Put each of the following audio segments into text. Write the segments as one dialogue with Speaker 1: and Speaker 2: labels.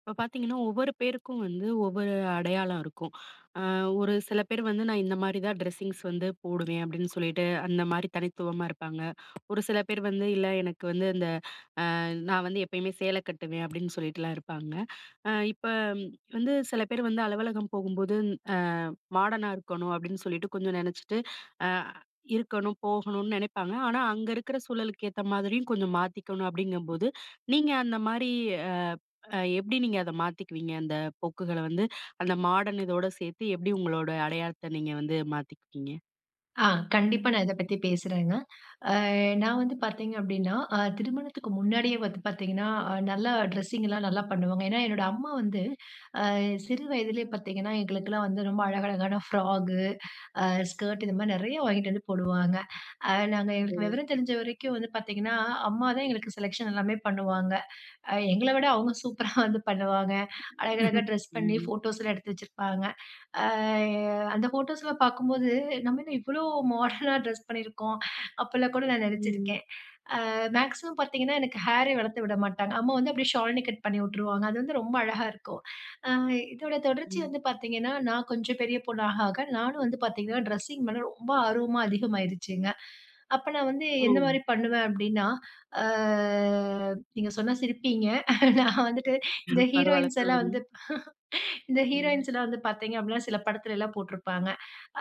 Speaker 1: இப்ப பார்த்தீங்கன்னா, ஒவ்வொரு பேருக்கும் வந்து ஒவ்வொரு அடையாளம் இருக்கும். அ ஒரு சில பேர் வந்து நான் இந்த மாரி தான் ட்ரெஸ்ஸிங்ஸ் வந்து போடுவேன் அப்படின்னு சொல்லிட்டு, அந்த மாரி தனித்துவமா இருப்பாங்க. ஒரு சில பேர் வந்து இல்ல எனக்கு வந்து அந்த நான் வந்து எப்பயுமே சேலை கட்டுவேன் அப்படின்னு சொல்லிட்டுலாம் இருப்பாங்க. அ இப்ப ம், வந்து சில பேர் வந்து அலுவலகம் போகும்போது அ மாடர்னா இருக்கணும் அப்படின்னு சொல்லிட்டு கொஞ்சம் நெனச்சுட்டு, அ இருக்கணும், போகணும்னு நெனைப்பாங்க. ஆனா, அங்க இருக்கிற சூழலுக்கு ஏத்த மாதிரியும் கொஞ்சம் மாத்திக்கணும் அப்படிங்கும்போது, நீங்க அந்த மாரி அ அ எப்படி நீங்க அத மாத்திக்குவீங்க? அந்த போக்குகள வந்து அந்த மாடர்ன் இதோட சேர்த்து எப்படி உங்களோட அடையாளத்த நீங்க வந்து மாத்திக்குவீங்க?
Speaker 2: ஆ, கண்டிப்பா நான் இத பத்தி பேசுறேங்க. அ நான் வந்து பார்த்தீங்க அப்டின்னா, திருமணத்துக்கு முன்னாடியே வந்து பார்த்தீங்கன்னா, நல்லா ட்ரெஸ்ஸிங்லாம் நல்லா பண்ணுவாங்க. ஏன்னா, என்னோட அம்மா வந்து சிறு வயதிலேயே பார்த்தீங்கன்னா, எங்களுக்கெல்லாம் வந்து ரொம்ப அழகழகான ஃப்ராகு, அ ஸ்கர்ட் இந்த மாரி நெறைய வாங்கிட்டு வந்து போடுவாங்க. நாங்க
Speaker 1: ஓ!
Speaker 2: எங்களுக்கு விவரம் தெரிஞ்ச வரைக்கும் வந்து பார்த்தீங்கன்னா, அம்மா தான் எங்களுக்கு செலக்ஷன் எல்லாமே பண்ணுவாங்க. எங்கள விட அவங்க சூப்பரா வந்து பண்ணுவாங்க. அழகழகா ட்ரெஸ் பண்ணி
Speaker 1: ம்.
Speaker 2: ஃபோட்டோஸ்லாம் எடுத்து வச்சிருப்பாங்க. அ அந்த ஃபோட்டோஸ்ல பார்க்கும்போது, நம்ம என்ன இவ்ளோ மாடர்னா ட்ரெஸ் பண்ணியிருக்கோம். அப்பல்லாம் கூட நான்
Speaker 1: ம்.
Speaker 2: நெனச்சிருக்கேன். அ மேக்ஸிமம் பார்த்தீங்கன்னா, எனக்கு ஹேரே வளர்த்து விட மாட்டாங்க. அம்மா வந்து அப்படியே ஷாலினி கட் பண்ணி விட்டுருவாங்க. அது வந்து ரொம்ப அழகா இருக்கும். அ இதோட தொடர்ச்சி
Speaker 1: ம்.
Speaker 2: வந்து பார்த்தீங்கன்னா, நான் கொஞ்சம் பெரிய பொண்ணு ஆக ஆக நானும் வந்து பார்த்தீங்கன்னா, ட்ரெஸ்ஸிங் மேல ரொம்ப ஆர்வமா அதிகமாயிருச்சுங்க. அப்ப நான் வந்து
Speaker 1: ஓ!
Speaker 2: எந்த மாரி பண்ணுவேன் அப்படின்னா, ஆ நீங்க சொன்னா சிரிப்பீங்க. நான் வந்துட்டு இந்த
Speaker 1: பரவால்ல.
Speaker 2: ஹீரோயின்ஸ் எல்லாம்
Speaker 1: சொல்லுங்க.
Speaker 2: வந்து இந்த
Speaker 1: ம்.
Speaker 2: ஹீரோயின்ஸ் எல்லாம் வந்து பார்த்தீங்க அப்படின்னா, சில படத்துல எல்லாம் போட்டிருப்பாங்க.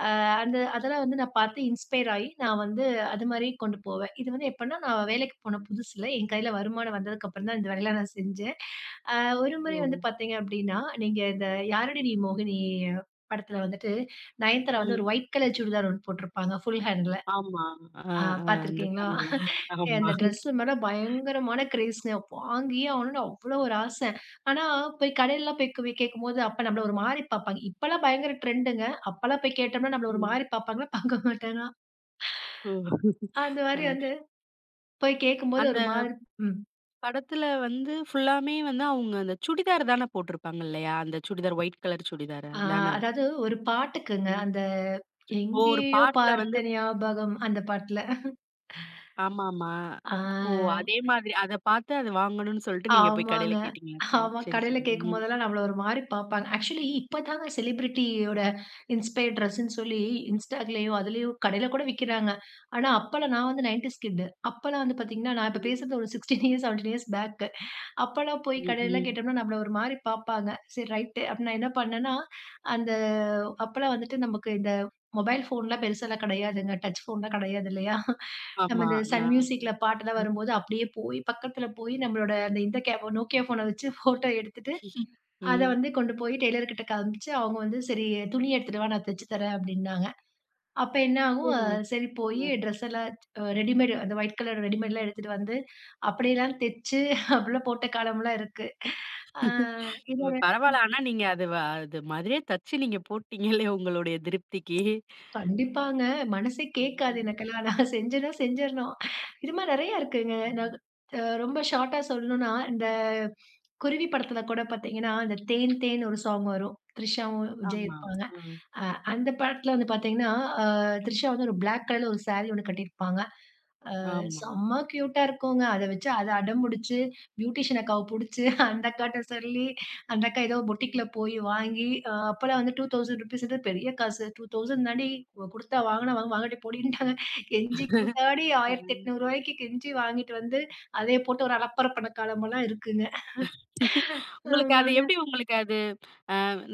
Speaker 2: அ அதெல்லாம் வந்து நான் பார்த்து இன்ஸ்பயர் ஆயி, நான் வந்து அது மாரி கொண்டு போவேன். இது வந்து எப்பன்னா, நான் வேலைக்கு போன புதுசுல என் கையில வருமானம் வந்ததுக்கப்புறம் தான் இந்த வேலையெல்லாம் நான் செஞ்சேன். அ ஒரு முறை
Speaker 1: ஓ!
Speaker 2: வந்து பார்த்தீங்க அப்படின்னா, நீங்க இந்த "யாரடி நீ மோகினி" படத்துல வந்துட்டு நயன்தாரா வந்து
Speaker 1: ம்.
Speaker 2: ஒரு ஒயிட் கலர் சுடிதார் ஒண்ணு போட்டிருப்பாங்க. ஃபுல் ஹேண்ட்ல.
Speaker 1: ஆமா. அ,
Speaker 2: அ
Speaker 1: அ அந்த
Speaker 2: பார்த்திருக்கீங்களா?
Speaker 1: சாங்ல.
Speaker 2: அந்த
Speaker 1: ஆமா.
Speaker 2: ட்ரெஸ்ஸு மேல பயங்கரமான கிரேஸ்ங்க. வாங்கியே ஆகணும்னு அவ்ளோ ஒரு ஆச. ஆனா போய் கடையிலலாம் போய் கேட்கும்போது, அப்ப நம்மள ஒரு மாரி பார்ப்பாங்க. இப்பலாம் பயங்கர ட்ரெண்டுங்க. அப்பலாம் போய் கேட்டோம்னா நம்மள ஒரு
Speaker 1: ம்.
Speaker 2: மாரி பார்ப்பாங்களா? பார்க்க மாட்டாங்களாம்.
Speaker 1: ஓ!
Speaker 2: அந்த மாரி
Speaker 1: அ
Speaker 2: வந்து போய் கேட்கும்போது ஒரு
Speaker 1: அந்த
Speaker 2: மாதிரி ம்.
Speaker 1: படத்துல வந்து ஃபுல்லாமே வந்து அவங்க அந்த சுடிதார் தான போட்டிருப்பாங்க இல்லையா? அந்த சுடிதார் ஒயிட் கலர் சுடிதார்
Speaker 2: ஆ
Speaker 1: அதான?
Speaker 2: அதாவது ஒரு பாட்டுக்குங்க.
Speaker 1: ம்.
Speaker 2: அந்த
Speaker 1: ஓ! ஒரு
Speaker 2: "எங்கேயோ
Speaker 1: பாட்டுல வந்து
Speaker 2: பார்த்த ஞாபகம்" அந்த பாட்டுல.
Speaker 1: ஆமாமா.
Speaker 2: ஆ.
Speaker 1: ஓ! அதே மாதிரி அத பார்த்து அத வாங்கணும்னு சொல்லிட்டு நீங்க போய் கடையில
Speaker 2: ஆமாங்க.
Speaker 1: கேட்டீங்களா? ம்.
Speaker 2: ஆமா.
Speaker 1: சரி,
Speaker 2: கடையில
Speaker 1: சரி. ம்.
Speaker 2: கேட்கும்போதெல்லாம் நம்மள ஒரு மாரி பார்ப்பாங்க. ஆக்சுவலி இப்பதாங்க செலிபிரிட்டியோட இன்ஸ்பயர்ட் ட்ரெஸ்ன்னு சொல்லி இன்ஸ்டாலயும், அதுலயும் கடையில கூட விக்கிறாங்க. ஆனா அப்பலாம் நான் வந்து 90ஸ் கிட். அப்பலாம் வந்து பார்த்தீங்கன்னா, நான் இப்ப
Speaker 1: ம்.
Speaker 2: பேசுறது ஒரு 16 இயர்ஸ், 17 இயர்ஸ் பேக். அப்பலாம் போய்
Speaker 1: ம்.
Speaker 2: கடையிலலாம்
Speaker 1: ம்.
Speaker 2: கேட்டோம்னா, நம்மள ஒரு மாரி பார்ப்பாங்க. சரி ரைட் அப்ப நான் என்ன பண்ணேன்னா, அந்த அப்பலாம் வந்துட்டு நமக்கு இந்த மொபைல் ஃபோன்லாம் பெருசாலாம் கிடையாதுங்க. டச் ஃபோன்லாம் கிடையாது இல்லையா? நம்ம
Speaker 1: ஆமா.
Speaker 2: இந்த சன்
Speaker 1: நான்
Speaker 2: மியூசிக்ல பாட்டெல்லாம்
Speaker 1: ம்.
Speaker 2: வரும்போது, அப்படியே போய் பக்கத்துல போய் நம்மளோட அந்த இந்த நோக்கியா ஃபோன வச்சு ஃபோட்டோ எடுத்துட்டு, அத
Speaker 1: ம்.
Speaker 2: வந்து கொண்டு போய் டெய்லர் கிட்ட காமிச்சு, அவங்க வந்து சரி துணி எடுத்துட்டு வா நான் தச்சு தரேன் அப்படின்னாங்க. அப்ப என்ன ஆகும்,
Speaker 1: ஓ!
Speaker 2: சரி போய்
Speaker 1: அ.
Speaker 2: ட்ரெஸ் எல்லாம் ரெடிமேட் அந்த ஒயிட் கலர் ரெடிமேட்லாம் எடுத்துட்டு வந்து, அப்படியெல்லாம் தச்சு அப்படிலாம் போட்ட காலம்லாம் இருக்கு. ஆ இதோட
Speaker 1: பரவால்ல. ஆனா நீங்க அது வ அது மாதிரியே தச்சு நீங்க போட்டீங்களே உங்களுடைய திருப்திக்கு.
Speaker 2: கண்டிப்பாங்க. மனசே கேட்காது
Speaker 1: ம்,
Speaker 2: எனக்கெல்லாம். நான் செஞ்சேன்னா செஞ்சிரணும். இது மாரி நெறைய இருக்குங்க.
Speaker 1: ம்.
Speaker 2: நான் அ ரொம்ப ஷார்ட்டா சொல்லணும்னா, இந்த குருவி படத்துல கூட பாத்தீங்கன்னா, அந்த தேன் தேன் ஒரு சாங் வரும். த்ரிஷாவும், விஜய்
Speaker 1: ஆமா.
Speaker 2: இருப்பாங்க.
Speaker 1: ஆ,
Speaker 2: அ அந்த படத்துல வந்து பாத்தீங்கன்னா, அ த்ரிஷா வந்து ஒரு பிளாக் கலர்ல ஒரு சாரி ஒண்ணு கட்டியிருப்பாங்க.
Speaker 1: ஆமா.
Speaker 2: செம்ம கியூட்டா இருக்குங்க. அத வச்சு அத அடம்புடிச்சு, பியூட்டிஷியன் அக்காவ புடிச்சு, அந்த அக்காட்ட சொல்லி, அந்த அக்கா ஏதோ பொட்டிக்ல
Speaker 1: ம்.
Speaker 2: போய் வாங்கி, அப்பலாம் வந்து ரூ. 2000 பெரிய காசு. 2000 தாண்டி குடுத்தா வாங்குனா வாங்கு, வாங்காட்டி போடின்ட்டாங்க. கெஞ்சி கூத்தாடி ரூ.
Speaker 1: அ.
Speaker 2: 1800 கெஞ்சி வாங்கிட்டு வந்து, அதே போட்டு ஒரு அலப்பற பண்ண காலமெல்லாம் இருக்குங்க.
Speaker 1: உங்களுக்கு அது
Speaker 2: ஆமாங்க.
Speaker 1: எப்படி உங்களுக்கு அது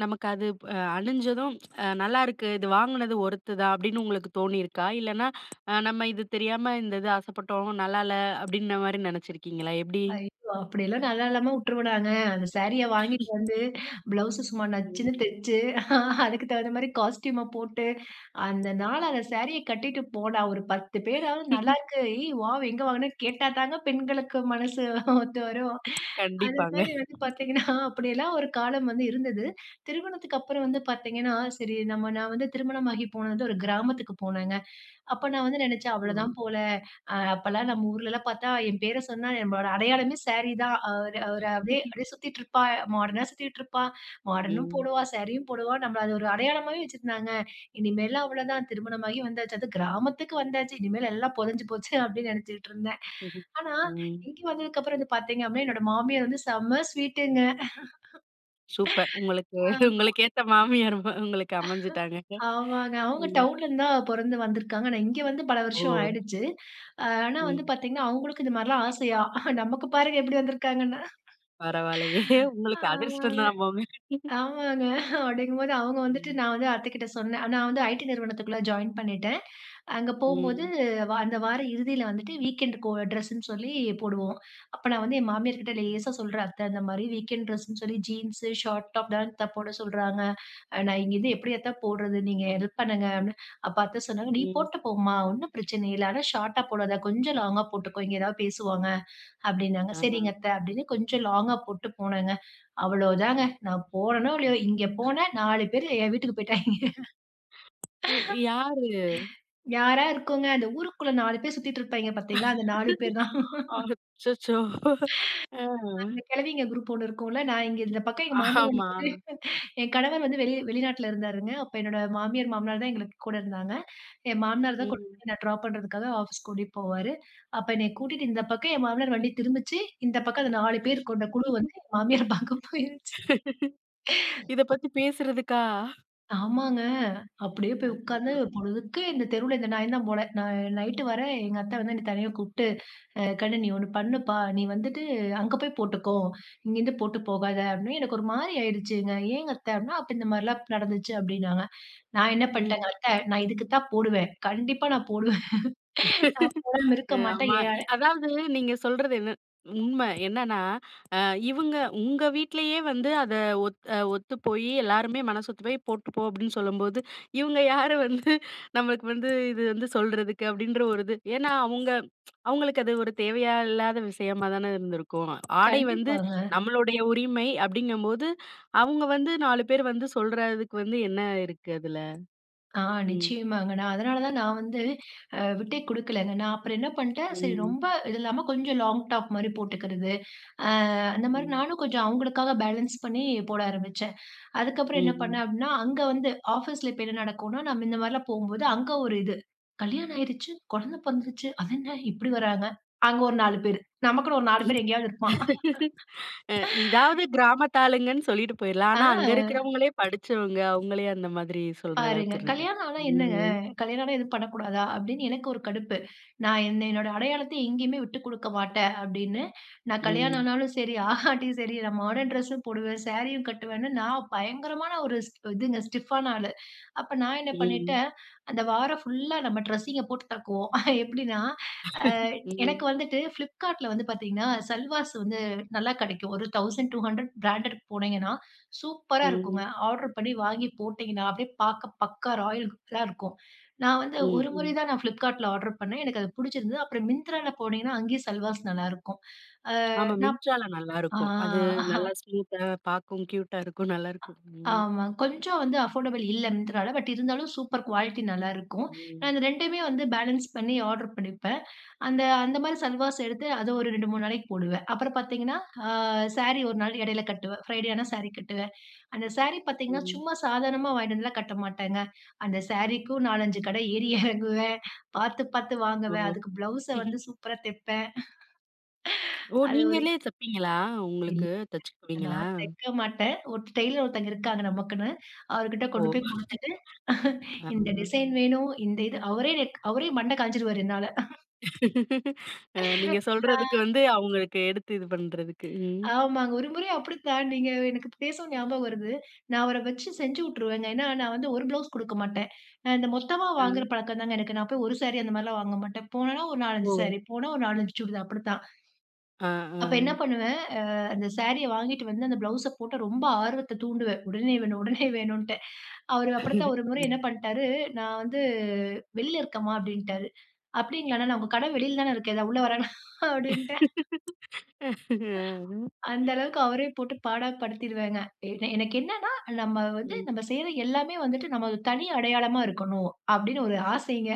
Speaker 1: நமக்கு அது அணிஞ்சதும் நல்லாருக்கு. இது வாங்குனது ஒர்த்துதா அப்படின்னு உங்களுக்கு தோணியிருக்கா? இல்லன்னா நம்ம இது தெரியாம இந்த இது ஆசைப்பட்டோம். நல்லால்ல அப்படின்ன மாரி நெனைச்சிருக்கீங்களா? எப்படி?
Speaker 2: ஐயோ! அப்படியெல்லாம் நல்லா இல்லாம உட்டுருவனாங்க. அந்த சாரிய வாங்கிட்டு வந்து பிளவுஸ சும்மா
Speaker 1: ம்.
Speaker 2: நச்சுன்னு தச்சு, அதுக்கு தகுந்த மாரி காஸ்டியூம போட்டு, அந்த நாள் அந்த சாரிய கட்டிட்டு போனா ஒரு 10 பேராவது நல்லாருக்கு. ஏய் வாவ்! எங்க வாங்குனேன்னு கேட்டா தாங்க பெண்களுக்கு மனசு ஒத்து வரும். அது
Speaker 1: கண்டிப்பாங்க.
Speaker 2: மாரி வந்து பார்த்தீங்கன்னா, அப்படியெல்லாம் ஒரு காலம் வந்து இருந்தது. திருமணத்துக்கு அப்புறம் வந்து பார்த்தீங்கன்னா, சரி நம்ம நான் வந்து திருமணமாகி போனது ஒரு கிராமத்துக்கு போனேங்க. அப்ப நான் வந்து நெனச்சேன் அவ்வளதான்
Speaker 1: ம்.
Speaker 2: போல. அப்பல்லாம் நம்ம ஊர்லலாம் பார்த்தா, என் பேர சொன்னா நம்மளோட அடையாளமே சாரி தான். ஒரு ஒரு அப்படியே அப்படியே சுத்திட்டு இருப்பா. மாடர்னா சுத்திட்டு இருப்பா. மாடர்னும்
Speaker 1: ம்.
Speaker 2: போடுவா, சாரியும் போடுவா. நம்மள அது ஒரு அடையாளமாவே வச்சிருந்தாங்க. இனிமேல்லாம் அவ்வளோதான். திருமணமாகி வந்தாச்சு. அது கிராமத்துக்கு வந்தாச்சு. இனிமேல் எல்லாம் புதஞ்சு போச்சு அப்படின்னு நினைச்சுட்டு இருந்தேன்.
Speaker 1: ம்ஹ்ம்.
Speaker 2: ஆனா,
Speaker 1: ம்.
Speaker 2: இங்க வந்ததுக்கப்புறம் வந்து பார்த்தீங்க அப்படின்னா, என்னோட மாமியார் வந்து செம்ம ஸ்வீட்டுங்க.
Speaker 1: சூப்பர். உங்களுக்கு
Speaker 2: அ
Speaker 1: உங்களுக்கு ஏத்த மாமியார் ம- உங்களுக்கு அமைஞ்சுட்டாங்க.
Speaker 2: ஆமாங்க. அவங்க
Speaker 1: ம்.
Speaker 2: டவுன்ல இருந்து தான் பொறந்து வந்திருக்காங்க. ஆனா இங்க வந்து பல
Speaker 1: ஓ!
Speaker 2: வருஷம் ஆயிடுச்சு. ஆனா வந்து
Speaker 1: ம்.
Speaker 2: பார்த்தீங்கன்னா, அவங்களுக்கும் இந்த மாரிலாம் ஆசையா, நமக்கு பாருங்க எப்படி வந்திருக்காங்கன்னு.
Speaker 1: பரவாயில்லையே! உங்களுக்கு அதிர்ஷ்டம்
Speaker 2: ஆமாங்க,
Speaker 1: தான் போங்க.
Speaker 2: ஆமாங்க. அப்படிங்கும்போது அவங்க வந்துட்டு
Speaker 1: ம்.
Speaker 2: நான் வந்து அத்தைகிட்ட சொன்னேன். நான் வந்து ஐடி நிறுவனத்துக்குள்ள ஜாயின் பண்ணிட்டேன். அங்க போம்போது
Speaker 1: ம்.
Speaker 2: அந்த வார இறுதியில வந்துட்டு வீக்கெண்ட் கோ ட்ரெஸ்ன்னு சொல்லி போடுவோம். அப்ப நான் வந்து என் மாமியார்கிட்ட லேசா சொல்றேன், "அத்தை இந்த மாரி வீக்கெண்ட் ட்ரெஸ்ன்னு சொல்லி ஜீன்ஸ், ஷார்ட் டாப் தான் அத்தை போட சொல்றாங்க. நான் இங்க இது எப்படி அத்தை போடுறது? நீங்க ஹெல்ப் பண்ணுங்க." அப்படின்னு. அப்ப அத்தை சொன்னாங்க, "நீ
Speaker 1: ம்.
Speaker 2: போட்டு போம்மா, ஒண்ணும் பிரச்சனை இல்ல. ஆனா ஷார்ட்டா போடாத. கொஞ்சம் லாங்கா போட்டுக்கோ. இங்க ஏதாவது பேசுவாங்க." அப்படின்னாங்க.
Speaker 1: ஆ.
Speaker 2: "சரிங்க அத்த" அப்படின்னு கொஞ்சம் லாங்கா போட்டு போனேங்க. அவ்வளோதாங்க. நான் போனேனோ இல்லையோ, இங்க போனேன் 4 பேரு என் வீட்டுக்கு போய்ட்டாய்ங்க.
Speaker 1: ஓ யாரு?
Speaker 2: யாரா இருக்குங்க, அந்த ஊருக்குள்ள 4 பேர் சுத்திட்டு இருப்பாய்ங்க பார்த்தீங்களா, அந்த 4 பேர் தான்.
Speaker 1: அச்சச்சோ! ஆ.
Speaker 2: அந்த கிழவிங்க குரூப் ஒண்ணு இருக்கும்ல, நான் இங்க இந்த பக்கம் எங்க மாமியார்
Speaker 1: ஆமா.
Speaker 2: வந்து என் கணவர் வந்து வெளிநாட்டுல இருந்தாருங்க. அப்ப என்னோட மாமியார், மாமனார் தான் எங்களுக்கு கூட இருந்தாங்க. என் மாமனார் தான் கொண்டு
Speaker 1: ம்.
Speaker 2: போய் என்ன ட்ராப் பண்றதுக்காக ஆஃபீஸ் கூட்டிட்டு போவாரு. அப்ப என்னைய கூட்டிட்டு இந்த பக்கம் என் மாமனார் வண்டி திரும்பிச்சு, இந்த பக்கம் அந்த 4 பேர் கொண்ட குழு வந்து என் மாமியார் பக்கம் போயிருச்சு.
Speaker 1: இத பத்தி பேசுறதுக்கா?
Speaker 2: ஆமாங்க. அப்படியே போய் உட்கார்ந்து
Speaker 1: அச்சோ!
Speaker 2: பொழுதுக்கு இந்த தெருவுல இந்த நாய் தான் போல. நான் நைட்டு வரேன். எங்க அத்தை வந்து என்னை தனியா கூப்ட்டு, கண்ணு நீ ஒண்ணு பண்ணுப்பா. நீ வந்துட்டு அங்க போய் போட்டுக்கோ. இங்கேருந்து போட்டு போகாத" அப்படின்னு எனக்கு ஒரு மாரி ஆயிடுச்சுங்க. "ஏங்க அத்த?" அப்படின்னா, "அப்ப இந்த மாரிலாம் நடந்துச்சு" அப்படின்னாங்க. நான் என்ன
Speaker 1: ம்.
Speaker 2: பண்ணிட்டேங்க, "அத்தை நான் இதுக்கு தான் போடுவேன். கண்டிப்பா நான் போடுவேன். நான் போடாம இருக்க மாட்டேன்."
Speaker 1: ஆமா. இ
Speaker 2: ஏன்
Speaker 1: அதாவது நீங்க சொல்றது என்ன உண்ம. என்னன்னா, அ இவங்க உங்க வீட்லயே வந்து அத ஒத் ஒத்து போயி எல்லாருமே மனசொத்து போய் போட்டுப்போ அப்படின்னு சொல்லும்போது, இவங்க யாரு வந்து நம்மளுக்கு வந்து இது வந்து சொல்றதுக்கு அப்படின்ற ஒரு இது. ஏன்னா அவங்க அவங்களுக்கு அது ஒரு தேவையா இல்லாத விஷயமா தானே இருந்திருக்கும். ஆடை வந்து
Speaker 2: கண்டிப்பாங்க.
Speaker 1: நம்மளுடைய உரிமை அப்படிங்கும்போது, அவங்க வந்து 4 பேர் வந்து சொல்றதுக்கு வந்து என்ன இருக்கு அதுல?
Speaker 2: ஆ
Speaker 1: ம்.
Speaker 2: நிச்சயமாங்க. நான் அதனால தான் நான் வந்து விட்டே குடுக்கலங்க. நான் அப்புறம் என்ன பண்ணிட்டேன், சரி
Speaker 1: ம்.
Speaker 2: ரொம்ப இது இல்லாம கொஞ்சம் லாங் டாப் மாரி போட்டுக்கிறது. அ அந்த மாரி
Speaker 1: ம்.
Speaker 2: நானும் கொஞ்சம் அவங்களுக்காக பேலன்ஸ் பண்ணி போட ஆரம்பிச்சேன். அதுக்கப்புறம் என்ன பண்ணேன்
Speaker 1: ம்.
Speaker 2: அப்படின்னா, அங்க வந்து ஆஃபீஸ்ல இப்ப என்ன நடக்கும்னா, நம்ம இந்த மாரிலாம் போம்போது அங்க ஒரு இது. கல்யாணம் ஆயிருச்சு, குழந்தை பொறந்துருச்சு, அதென்ன இப்படி வராங்க? அங்க ஒரு 4 பேரு. நமக்குன்னு ஒரு 4 பேர் எங்கேயாவது இருப்பான்.
Speaker 1: அ இதாவது கிராமத்தாளுங்கன்னு சொல்லிட்டு போயிரலாம்.
Speaker 2: ஆ.
Speaker 1: ஆனா அங்க இருக்கிறவங்களே படிச்சவங்க. அவங்களே அந்த மாதிரி சொல்ற
Speaker 2: பாருங்க.
Speaker 1: அளவுக்கு இருக்கு.
Speaker 2: கல்யாணம் ஆனா என்னங்க?
Speaker 1: ம்.
Speaker 2: கல்யாணம் ஆனா எதுவும் பண்ணக்கூடாதா? அப்படின்னு எனக்கு ஒரு கடுப்பு. நான் என்ன என்னோட அடையாளத்தை எங்கேயுமே விட்டுக் குடுக்க மாட்டேன் அப்படின்னு, நான் கல்யாணம்
Speaker 1: ம்.
Speaker 2: ஆனாலும் சரி, ஆகாட்டியும் சரி, நான் மாடர்ன் ட்ரெஸ்ஸும் போடுவேன், சாரியும் கட்டுவேன்னு நான் பயங்கரமான ஒரு ஸ் இதுங்க ஸ்டிஃபான ஆளு. அப்ப நான் என்ன
Speaker 1: ம்.
Speaker 2: பண்ணிட்டேன், அந்த வாரம் ஃபுல்லா நம்ம ட்ரெஸ்ஸிங்க போட்டு தாக்குவோம். எப்படின்னா, அ எனக்கு
Speaker 1: ம்.
Speaker 2: வந்துட்டு Flipkartல வந்து பாத்தீங்கன்னா, சல்வார்ஸ் வந்து நல்லா கெடைக்கும். ஒரு 1200 பிராண்டட் போனீங்கன்னா, சூப்பரா இருக்குங்க.
Speaker 1: ம்.
Speaker 2: ஆர்டர் பண்ணி வாங்கி போட்டீங்கன்னா, அப்படியே பார்க்க பக்கா ராயல் லுக்ல இருக்கும். நான் வந்து
Speaker 1: ம்.
Speaker 2: ஒரு முறை
Speaker 1: ம்.
Speaker 2: தான் நான் Flipkartல ஆர்டர் பண்ணேன். எனக்கு அது புடிச்சிருந்தது. அப்புறம் Myntraல போனீங்கன்னா, அங்கேயும் சல்வாஸ் நல்லாருக்கும். அ
Speaker 1: ஆமா.
Speaker 2: நான்
Speaker 1: மின்ட்ரால
Speaker 2: ஆ
Speaker 1: நல்லாருக்கும். அது நல்லா ஸ்மூத்தா பார்க்கவும் கியூட்டா இருக்கும். நல்லாருக்கும். ம்.
Speaker 2: ஆமா. கொஞ்சம் வந்து அஃபோர்டபிள் இல்ல Myntraல. பட் இருந்தாலும் சூப்பர் குவாலிட்டி நல்லாருக்கும். நான்
Speaker 1: ம்.
Speaker 2: இந்த 2யுமே வந்து பேலன்ஸ் பண்ணி ஆர்டர் பண்ணிப்பேன். அந்த அந்த மாரி சல்வாஸ் எடுத்து அத ஒரு 2, 3 நாளைக்கு போடுவேன். அப்புறம் பார்த்தீங்கன்னா, ஆ சாரி ஒரு நாள் இடையில கட்டுவேன். ஃப்ரைடே ஆனா சாரி கட்டுவேன். அந்த சாரி பார்த்தீங்கன்னா,
Speaker 1: ம்.
Speaker 2: சும்மா சாதாரணமா வாங்கிட்டு வந்துலாம் கட்ட மாட்டேங்க. அந்த சாரிக்கும் 4, 5 கட ஏறி இறங்குவேன். பார்த்து, பார்த்து
Speaker 1: ஓ!
Speaker 2: வாங்குவேன். அதுக்கு ப்ளவுஸ வந்து சூப்பரா தைப்பேன்.
Speaker 1: ஓ!
Speaker 2: அது ஒரு
Speaker 1: நீங்களே தப்பீங்களா?
Speaker 2: இல்ல
Speaker 1: உங்களுக்கு தச்சுக்குவீங்களா?
Speaker 2: நான் தைக்க மாட்டேன். ஒரு டெய்லர் ஒருத்தங்க இருக்காங்க நமக்குன்னு. அவர்கிட்ட
Speaker 1: ஓ!
Speaker 2: கொண்டு போய் குடுத்துட்டு,
Speaker 1: ஆ.
Speaker 2: இந்த டிசைன் வேணும். இந்த இது அவரே மண்டை காய்ஞ்சிருவாரு என்னால.
Speaker 1: நீங்க சொல்றதுக்கு வந்து அவங்களுக்கு எடுத்து இது பண்றதுக்கு. ம்.
Speaker 2: ஆமாங்க. ஒரு முறை அப்படித்தான் நீங்க எனக்கு பேசவும் ஞாபகம் வருது. நான் அவர வச்சு செஞ்சு விட்டுருவேங்க. ஏன்னா, நான் வந்து ஒரு ப்ளவுஸ் குடுக்க மாட்டேன். நான் இந்த மொத்தமா
Speaker 1: அ.
Speaker 2: வாங்குற பழக்கம் தாங்க எனக்கு. நான் போய் ஒரு சாரி அந்த மாரிலாம் வாங்க மாட்டேன். போனேன்னா ஒரு 4,
Speaker 1: ஓ!
Speaker 2: 5 சாரி, போனா ஒரு 4, 5 சுடிதார் அப்படித்தான்.
Speaker 1: ஆ, ஆ.
Speaker 2: அப்ப என்ன பண்ணுவேன், அந்த சாரிய வாங்கிட்டு வந்து அந்த ப்ளவுஸ போட்டு ரொம்ப ஆர்வத்த தூண்டுவேன். உடனே வேணும், உடனே வேணும்ன்ட்டு. அவரு அப்படித்தான்
Speaker 1: ம்.
Speaker 2: ஒரு முறை என்ன பண்ணிட்டாரு, நான் வந்து வெளில இருக்கேம்மா அப்படின்ட்டாரு. அப்படிங்களா அண்ணா நான் உங்க கடை வெளில தானே இருக்கேன். நான் உள்ள வரேனா அப்படின்ட்டு. அந்த அளவுக்கு அவரே போட்டு பாடப்படுத்திருவேங்க. எனக்கு என்னன்னா, நம்ம வந்து
Speaker 1: ம்.
Speaker 2: நம்ம செய்ற எல்லாமே வந்துட்டு நம்ம ஒரு தனி அடையாளமா இருக்கணும், அப்படின்னு ஒரு ஆசைங்க.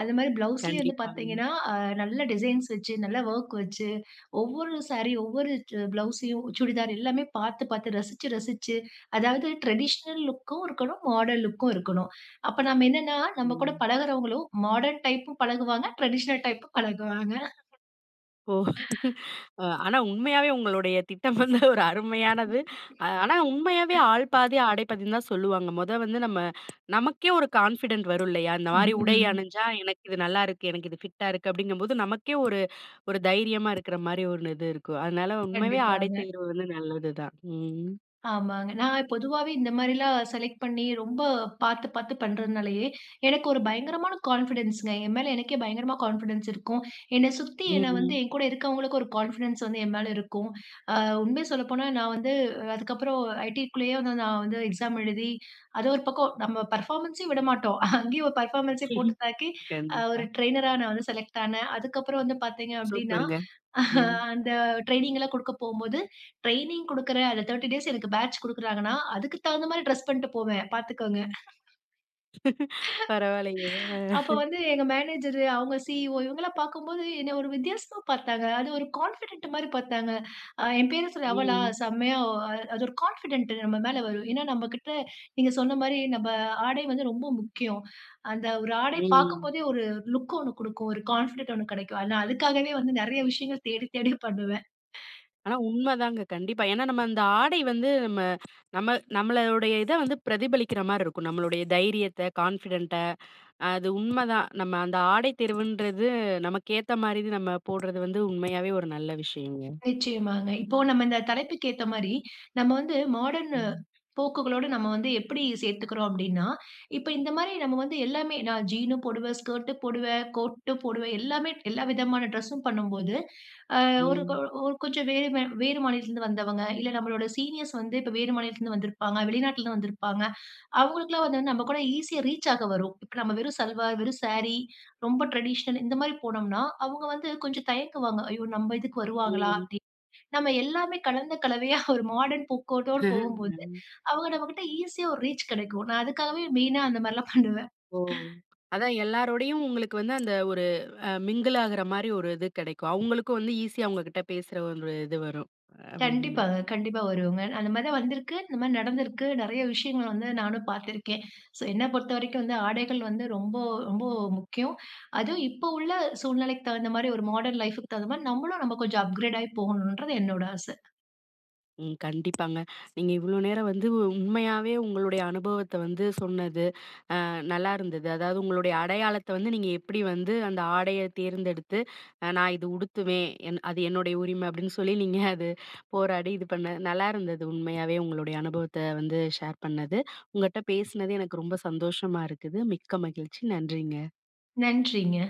Speaker 2: அது மாரி பிளவுஸ்லயே வந்து
Speaker 1: கண்டிப்பாங்க.
Speaker 2: பார்த்தீங்கன்னா, நல்ல டிசைன்ஸ் வச்சு, நல்ல வொர்க் வச்சு, ஒவ்வொரு சாரி, ஒவ்வொரு பிளவுஸையும், சுடிதார் எல்லாமே பார்த்து பார்த்து ரசிச்சு ரசிச்சு, அதாவது ட்ரெடிஷனல் லுக்கும் இருக்கணும், மாடர்ன் லுக்கும் இருக்கணும். அப்ப நம்ம என்னன்னா, நம்ம கூட
Speaker 1: ம்.
Speaker 2: பழகுறவங்களும் மாடர்ன் டைப்பும் பழகுவாங்க, ட்ரெடிஷனல் டைப்பும் பழகுவாங்க.
Speaker 1: ஓ! ஆனா உண்மையாவே உங்களுடைய திட்டம் வந்து ஒரு அருமையானது. ஆனா உண்மையாவே ஆள் பாதி, ஆடை பாதின்னு தான் சொல்லுவாங்க. மொத வந்து நம்ம நமக்கே ஒரு கான்ஃபிடென்ட் வரும் இல்லையா? இந்த மாரி உடை
Speaker 2: ம்.
Speaker 1: அணிஞ்சா எனக்கு இது நல்லா இருக்கு. எனக்கு இது ஃபிட்டா இருக்கு அப்படிங்கும்போது நமக்கே ஒரு ஒரு தைரியமா இருக்கிற மாரி ஒண்ணு இது இருக்கும். அதனால உண்மையாவே ஆடை
Speaker 2: கண்டிப்பாங்க.
Speaker 1: தேர்வு வந்து நல்லது தான். ம்.
Speaker 2: ஆமாங்க. நான் பொதுவாவே இந்த மாரிலாம் செலக்ட் பண்ணி ரொம்ப பார்த்து, பார்த்து பண்றதுனாலயே, எனக்கு ஒரு பயங்கரமான கான்ஃபிடன்ஸ்ங்க. என் மேல எனக்கே பயங்கரமா கான்ஃபிடன்ஸ் இருக்கும். என்ன சுத்தி என்ன வந்து
Speaker 1: ம்.
Speaker 2: என் கூட இருக்கவங்களுக்கு ஒரு கான்ஃபிடன்ஸ் வந்து என் மேல இருக்கும். அ உண்மைய சொல்லப்போனா, நான் வந்து அதுக்கப்புறம் ஐடிக்குள்ளேயே வந்து நான் வந்து எக்ஸாம் எழுதி, அது ஒரு பக்கம் நம்ம பெர்ஃபார்மன்ஸே விட மாட்டோம். அங்கேயும் ஒரு பெர்ஃபார்மன்ஸே போட்டு தாக்கி, ஒரு
Speaker 1: கண்டிப்பா.
Speaker 2: ட்ரெய்னரா நான் வந்து செலக்ட் ஆனேன். அதுக்கப்புறம் வந்து பார்த்தீங்க அப்டின்னா,
Speaker 1: சூப்பருங்க. ம்.
Speaker 2: அந்த ட்ரெய்னிங்லாம் குடுக்க போம்போது ட்ரெய்னிங் குடுக்குறேன். அதுல 30 டேஸ் எனக்கு பேட்ச் குடுக்குறாங்கன்னா, அதுக்கு தகுந்த மாரி டிரெஸ் பண்ணிட்டு போவேன். பாத்துக்கோங்க.
Speaker 1: பரவாயில்லையே!
Speaker 2: அப்ப வந்து எங்க மேனேஜரு, அவங்க சிஇஓ இவங்கலாம் பார்க்கும்போது என்ன ஒரு வித்தியாசமா பார்த்தாங்க. அது ஒரு கான்ஃபிடென்ட் மாரி பார்த்தாங்க. என் பேர சொல்லி அவளா
Speaker 1: ம்.
Speaker 2: செம்மையா அது ஒரு கான்ஃபிடென்ட் நம்ம மேல வரும். ஏன்னா நம்மகிட்ட நீங்க சொன்ன மாரி நம்ம ஆடை வந்து ரொம்ப முக்கியம். அந்த ஒரு ஆடை
Speaker 1: ம்.
Speaker 2: பார்க்கும்போதே ஒரு லுக் ஒண்ணு குடுக்கும். ஒரு கான்ஃபிடென்ட் ஒண்ணு கெடைக்கும். ஆனா அதுக்காகவே வந்து நெறைய விஷயங்கள் தேடி தேடி பண்ணுவேன்.
Speaker 1: ஆனா உண்மதாங்க கண்டிப்பா. ஏன்னா நம்ம அந்த ஆடை வந்து நம்ம நம்ம நம்மளுடைய இத வந்து பிரதிபலிக்கிற மாரி இருக்கும். நம்மளுடைய தைரியத்த, கான்ஃபிடென்ட்ட அது உண்மதான். நம்ம அந்த ஆடை தேர்வுன்றது நமக்கு ஏத்த மாரி நம்ம போடுறது வந்து உண்மையாவே ஒரு நல்ல விஷயங்க.
Speaker 2: நிச்சயமாங்க. இப்போ நம்ம இந்த தலைப்புக்கு ஏத்த மாரி, நம்ம வந்து மாடர்ன்
Speaker 1: ம்.
Speaker 2: போக்குகளோட நம்ம வந்து எப்படி சேர்த்துக்கிறோம் அப்படின்னா, இப்ப இந்த மாரி நம்ம வந்து எல்லாமே நான் ஜீனும் போடுவேன், ஸ்கர்ட் போடுவேன், கோட்டு போடுவேன். எல்லாமே எல்லா விதமான ட்ரெஸ்ஸும் பண்ணும்போது, அ ஒரு கொ
Speaker 1: ம்.
Speaker 2: ஒரு கொஞ்சம் வேறு மாநிலத்திலருந்து வந்தவங்க, இல்ல நம்மளோட சீனியர்ஸ் வந்து இப்ப வேறு மாநிலத்திலருந்து வந்திருப்பாங்க, வெளிநாட்டிலருந்து வந்திருப்பாங்க. அவங்களுக்கெல்லாம் வந்து நம்ம கூட ஈஸியா ரீச் ஆக வரும். இப்ப நம்ம வெறும் சல்வார், வெறும் சாரி, ரொம்ப ட்ரெடிஷனல் இந்த மாரி போனோம்னா, அவங்க வந்து கொஞ்சம் தயங்குவாங்க. ஐயோ! நம்ம இதுக்கு வருவாங்களா?
Speaker 1: ம்.
Speaker 2: நம்ம எல்லாமே கலந்த கலவையா ஒரு மாடர்ன் போக்கோட்டோட போகும்போது, அவங்க நம்மகிட்ட ஈஸியா ஒரு ரீச் கிடைக்கும். நான் அதுக்காகவே மெயினா அந்த மாரிலாம் பண்ணுவேன்.
Speaker 1: ஓ! அதான் எல்லாரோடையும் உங்களுக்கு வந்து அந்த ஒரு மிங்கிள் ஆகுற மாரி ஒரு இது கிடைக்கும். அவங்களுக்கும் வந்து ஈஸியா உங்ககிட்ட பேசுற ஒரு இது வரும். அப்டிதான?
Speaker 2: கண்டிப்பாங்க. கண்டிப்பா வருவேங்க. அந்த மாரி தான் வந்திருக்கு. இந்த மாரி நடந்திருக்கு. நெறைய விஷயங்கள் வந்து நானும் பார்த்திருக்கேன். ஸோ என்ன பொறுத்தவரைக்கும் வந்து ஆடைகள் வந்து ரொம்ப ரொம்ப முக்கியம். அதுவும் இப்போ உள்ள சூழ்நிலைக்கு தகுந்த மாரி ஒரு மாடர்ன் லைஃப்க்கு தகுந்த மாரி நம்மளும் நம்ம கொஞ்சம் அப்கிரேட் ஆயி போகணுன்றது என்னோட ஆசை.
Speaker 1: ம். கண்டிப்பாங்க. நீங்க இவ்ளோ நேரம் வந்து உண்மையாவே உங்களுடைய அனுபவத்த வந்து சொன்னது, நல்லா இருந்தது. அதாவது உங்களுடைய அடையாளத்த வந்து நீங்க எப்படி வந்து அந்த ஆடைய தேர்ந்தெடுத்து, நான் இது உடுத்துவேன். என் அது என்னுடைய உரிமை அப்படின்னு சொல்லி நீங்க அது போராடி இது பண்ண நல்லா இருந்தது உண்மையாவே உங்களுடைய அனுபவத்த வந்து ஷேர் பண்ணது. உங்கட்ட பேசினது எனக்கு ரொம்ப சந்தோஷமா இருக்குது. மிக்க மகிழ்ச்சி. நன்றிங்க.
Speaker 2: நன்றிங்க.